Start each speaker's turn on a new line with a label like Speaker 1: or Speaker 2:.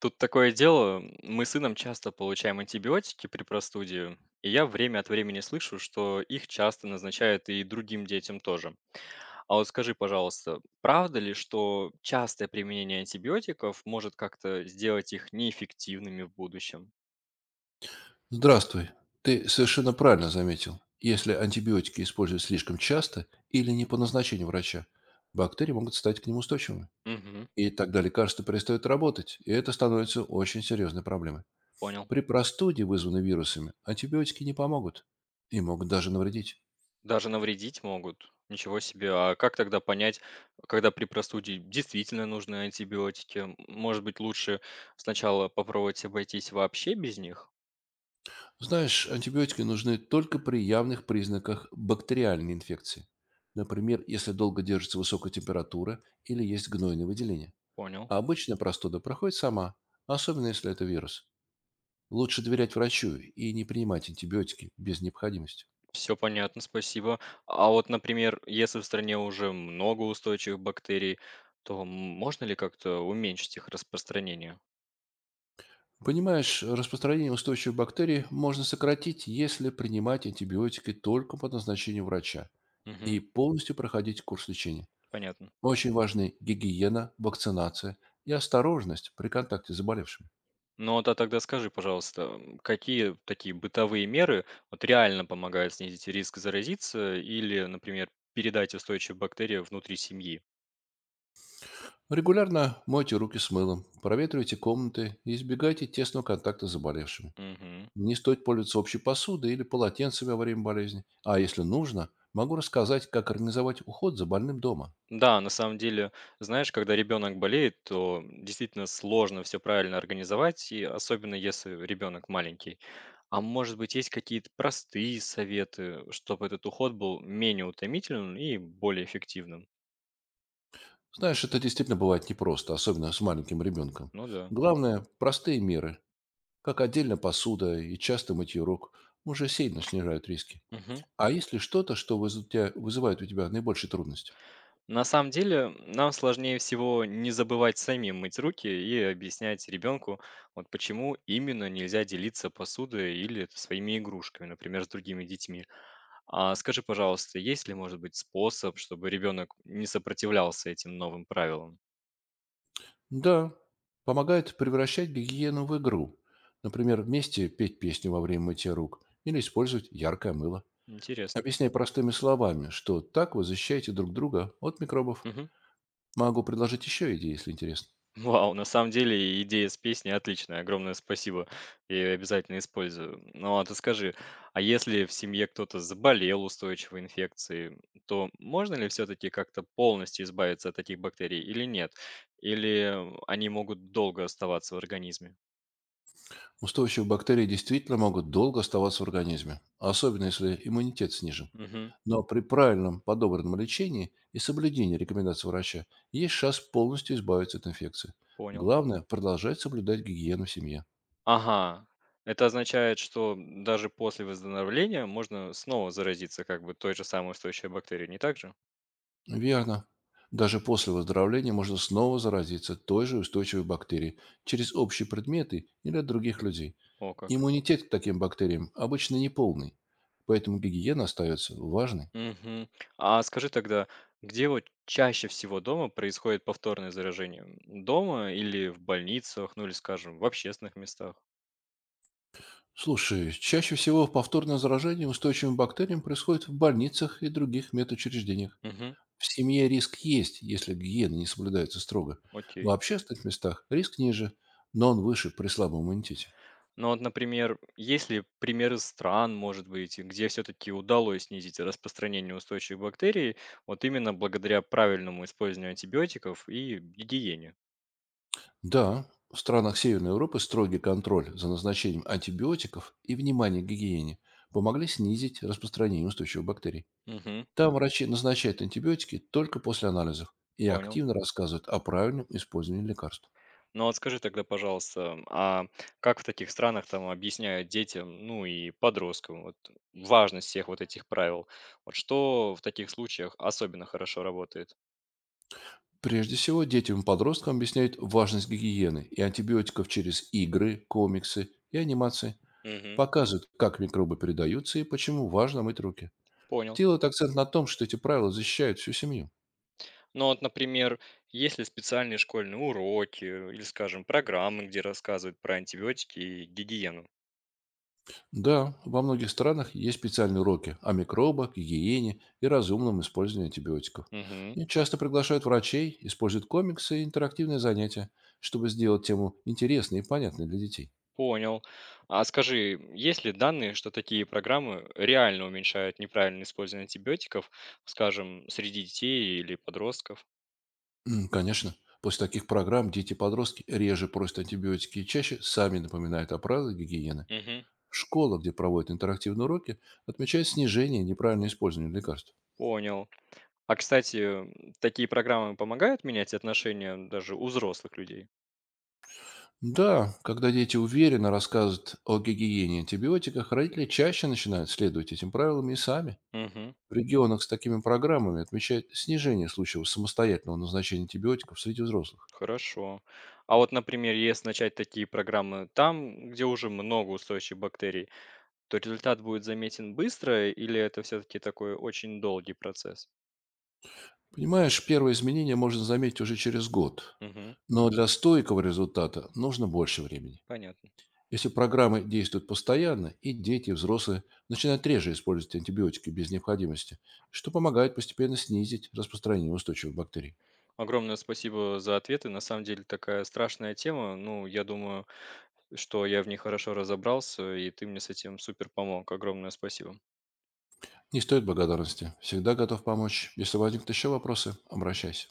Speaker 1: Тут такое дело, мы с сыном часто получаем антибиотики при простуде, и я время от времени слышу, что их часто назначают и другим детям тоже. А вот скажи, пожалуйста, правда ли, что частое применение антибиотиков может как-то сделать их неэффективными в будущем?
Speaker 2: Здравствуй. Ты совершенно правильно заметил. Если антибиотики используют слишком часто или не по назначению врача, бактерии могут стать к ним устойчивыми.
Speaker 1: Угу,
Speaker 2: И тогда лекарства перестают работать, и это становится очень серьезной проблемой.
Speaker 1: понял.
Speaker 2: При простуде, вызванной вирусами, антибиотики не помогут и могут даже навредить.
Speaker 1: Даже навредить могут. Ничего себе. А как тогда понять, когда при простуде действительно нужны антибиотики? Может быть, лучше сначала попробовать обойтись вообще без них?
Speaker 2: Знаешь, антибиотики нужны только при явных признаках бактериальной инфекции. Например, если долго держится высокая температура или есть гнойное выделение.
Speaker 1: Понял.
Speaker 2: А обычная простуда проходит сама, особенно если это вирус. Лучше доверять врачу и не принимать антибиотики без необходимости.
Speaker 1: Все понятно, спасибо. А вот, например, если в стране уже много устойчивых бактерий, то можно ли как-то уменьшить их распространение?
Speaker 2: Понимаешь, распространение устойчивых бактерий можно сократить, если принимать антибиотики только по назначению врача и
Speaker 1: Мгм,
Speaker 2: полностью проходить курс лечения.
Speaker 1: понятно.
Speaker 2: Очень важны гигиена, вакцинация и осторожность при контакте с заболевшим.
Speaker 1: Ну вот, а тогда скажи, пожалуйста, какие такие бытовые меры вот реально помогают снизить риск заразиться или, например, передать устойчивые бактерии внутри семьи?
Speaker 2: Регулярно мойте руки с мылом, проветривайте комнаты и избегайте тесного контакта с заболевшими.
Speaker 1: Мгм.
Speaker 2: Не стоит пользоваться общей посудой или полотенцами во время болезни. А если нужно, могу рассказать, как организовать уход за больным дома.
Speaker 1: Да, на самом деле, знаешь, когда ребенок болеет, то действительно сложно все правильно организовать, и особенно если ребенок маленький. А может быть, есть какие-то простые советы, чтобы этот уход был менее утомительным и более эффективным?
Speaker 2: Знаешь, это действительно бывает непросто, особенно с маленьким ребенком.
Speaker 1: Ну да.
Speaker 2: Главное– простые меры, как отдельно посуда и часто мытье рук, уже сильно снижают риски. А если что-то, что вызывает у тебя наибольшие трудности?
Speaker 1: На самом деле, нам сложнее всего не забывать самим мыть руки и объяснять ребенку, вот почему именно нельзя делиться посудой или своими игрушками, например, с другими детьми. А скажи, пожалуйста, есть ли, может быть, способ, чтобы ребенок не сопротивлялся этим новым правилам?
Speaker 2: Да, помогает превращать гигиену в игру. Например, вместе петь песню во время мытья рук или использовать яркое мыло.
Speaker 1: Интересно.
Speaker 2: Объясняй простыми словами, что так вы защищаете друг друга от микробов.
Speaker 1: Мгм.
Speaker 2: Могу предложить еще идеи, если интересно.
Speaker 1: Вау, на самом деле идея с песней отличная. Огромное спасибо. Я ее обязательно использую. Ну а ты скажи, а если в семье кто-то заболел устойчивой инфекцией, то можно ли все-таки как-то полностью избавиться от таких бактерий или нет? Или они могут долго оставаться в организме?
Speaker 2: Устойчивые бактерии действительно могут долго оставаться в организме, особенно если иммунитет снижен.
Speaker 1: Угу,
Speaker 2: Но при правильном подобранном лечении и соблюдении рекомендаций врача есть шанс полностью избавиться от инфекции.
Speaker 1: понял.
Speaker 2: Главное– продолжать соблюдать гигиену в семье.
Speaker 1: Ага. Это означает, что даже после выздоровления можно снова заразиться как бы той же самой устойчивой бактерией, не так же?
Speaker 2: Верно. Даже после выздоровления можно снова заразиться той же устойчивой бактерией через общие предметы или от других людей.
Speaker 1: О, как.
Speaker 2: Иммунитет к таким бактериям обычно неполный, поэтому гигиена остается важной.
Speaker 1: Мгм. А скажи тогда, где вот чаще всего дома происходит повторное заражение? Дома или в больницах, ну или, скажем, в общественных местах?
Speaker 2: Слушай, чаще всего повторное заражение устойчивым бактериям происходит в больницах и других медучреждениях.
Speaker 1: Мгм.
Speaker 2: В семье риск есть, если гигиена не соблюдается строго. В
Speaker 1: Окей.
Speaker 2: общественных местах риск ниже, но он выше при слабом иммунитете.
Speaker 1: Ну вот, например, есть ли примеры стран, может быть, где все-таки удалось снизить распространение устойчивых бактерий, вот именно благодаря правильному использованию антибиотиков и гигиене?
Speaker 2: Да, в странах Северной Европы строгий контроль за назначением антибиотиков и внимание к гигиене помогли снизить распространение устойчивых бактерий.
Speaker 1: Мгм.
Speaker 2: Там врачи назначают антибиотики только после анализов и
Speaker 1: Понял.
Speaker 2: активно рассказывают о правильном использовании лекарств.
Speaker 1: Ну вот скажи тогда, пожалуйста, а как в таких странах там объясняют детям, ну и подросткам, вот важность всех вот этих правил? Вот что в таких случаях особенно хорошо работает?
Speaker 2: Прежде всего, детям и подросткам объясняют важность гигиены и антибиотиков через игры, комиксы и анимации.
Speaker 1: Мгм.
Speaker 2: Показывают, как микробы передаются и почему важно мыть руки.
Speaker 1: Понял.
Speaker 2: Делают акцент на том, что эти правила защищают всю семью.
Speaker 1: Ну вот, например, есть ли специальные школьные уроки или, скажем, программы, где рассказывают про антибиотики и гигиену?
Speaker 2: Да, во многих странах есть специальные уроки о микробах, гигиене и разумном использовании антибиотиков.
Speaker 1: Мгм.
Speaker 2: И часто приглашают врачей, используют комиксы и интерактивные занятия, чтобы сделать тему интересной и понятной для детей.
Speaker 1: Понял. А скажи, есть ли данные, что такие программы реально уменьшают неправильное использование антибиотиков, скажем, среди детей или подростков?
Speaker 2: Конечно, после таких программ дети и подростки реже просят антибиотики и чаще сами напоминают о правилах гигиены.
Speaker 1: Мгм.
Speaker 2: Школа, где проводят интерактивные уроки, отмечает снижение неправильного использования лекарств.
Speaker 1: Понял. А, кстати, такие программы помогают менять отношения даже у взрослых людей?
Speaker 2: Да, когда дети уверенно рассказывают о гигиене и антибиотиках, родители чаще начинают следовать этим правилам и сами.
Speaker 1: Мгм.
Speaker 2: В регионах с такими программами отмечают снижение случаев самостоятельного назначения антибиотиков среди взрослых.
Speaker 1: Хорошо. А вот, например, если начать такие программы там, где уже много устойчивых бактерий, то результат будет заметен быстро или это все-таки такой очень долгий процесс?
Speaker 2: Понимаешь, первые изменения можно заметить уже через год.
Speaker 1: Мгм.
Speaker 2: Но для стойкого результата нужно больше времени.
Speaker 1: Понятно.
Speaker 2: Если программы действуют постоянно, и дети, и взрослые начинают реже использовать антибиотики без необходимости, что помогает постепенно снизить распространение устойчивых бактерий.
Speaker 1: Огромное спасибо за ответы. На самом деле такая страшная тема. Ну, я думаю, что я в ней хорошо разобрался, и ты мне с этим супер помог. Огромное спасибо.
Speaker 2: Не стоит благодарности. Всегда готов помочь. Если возникнут еще вопросы, обращайся.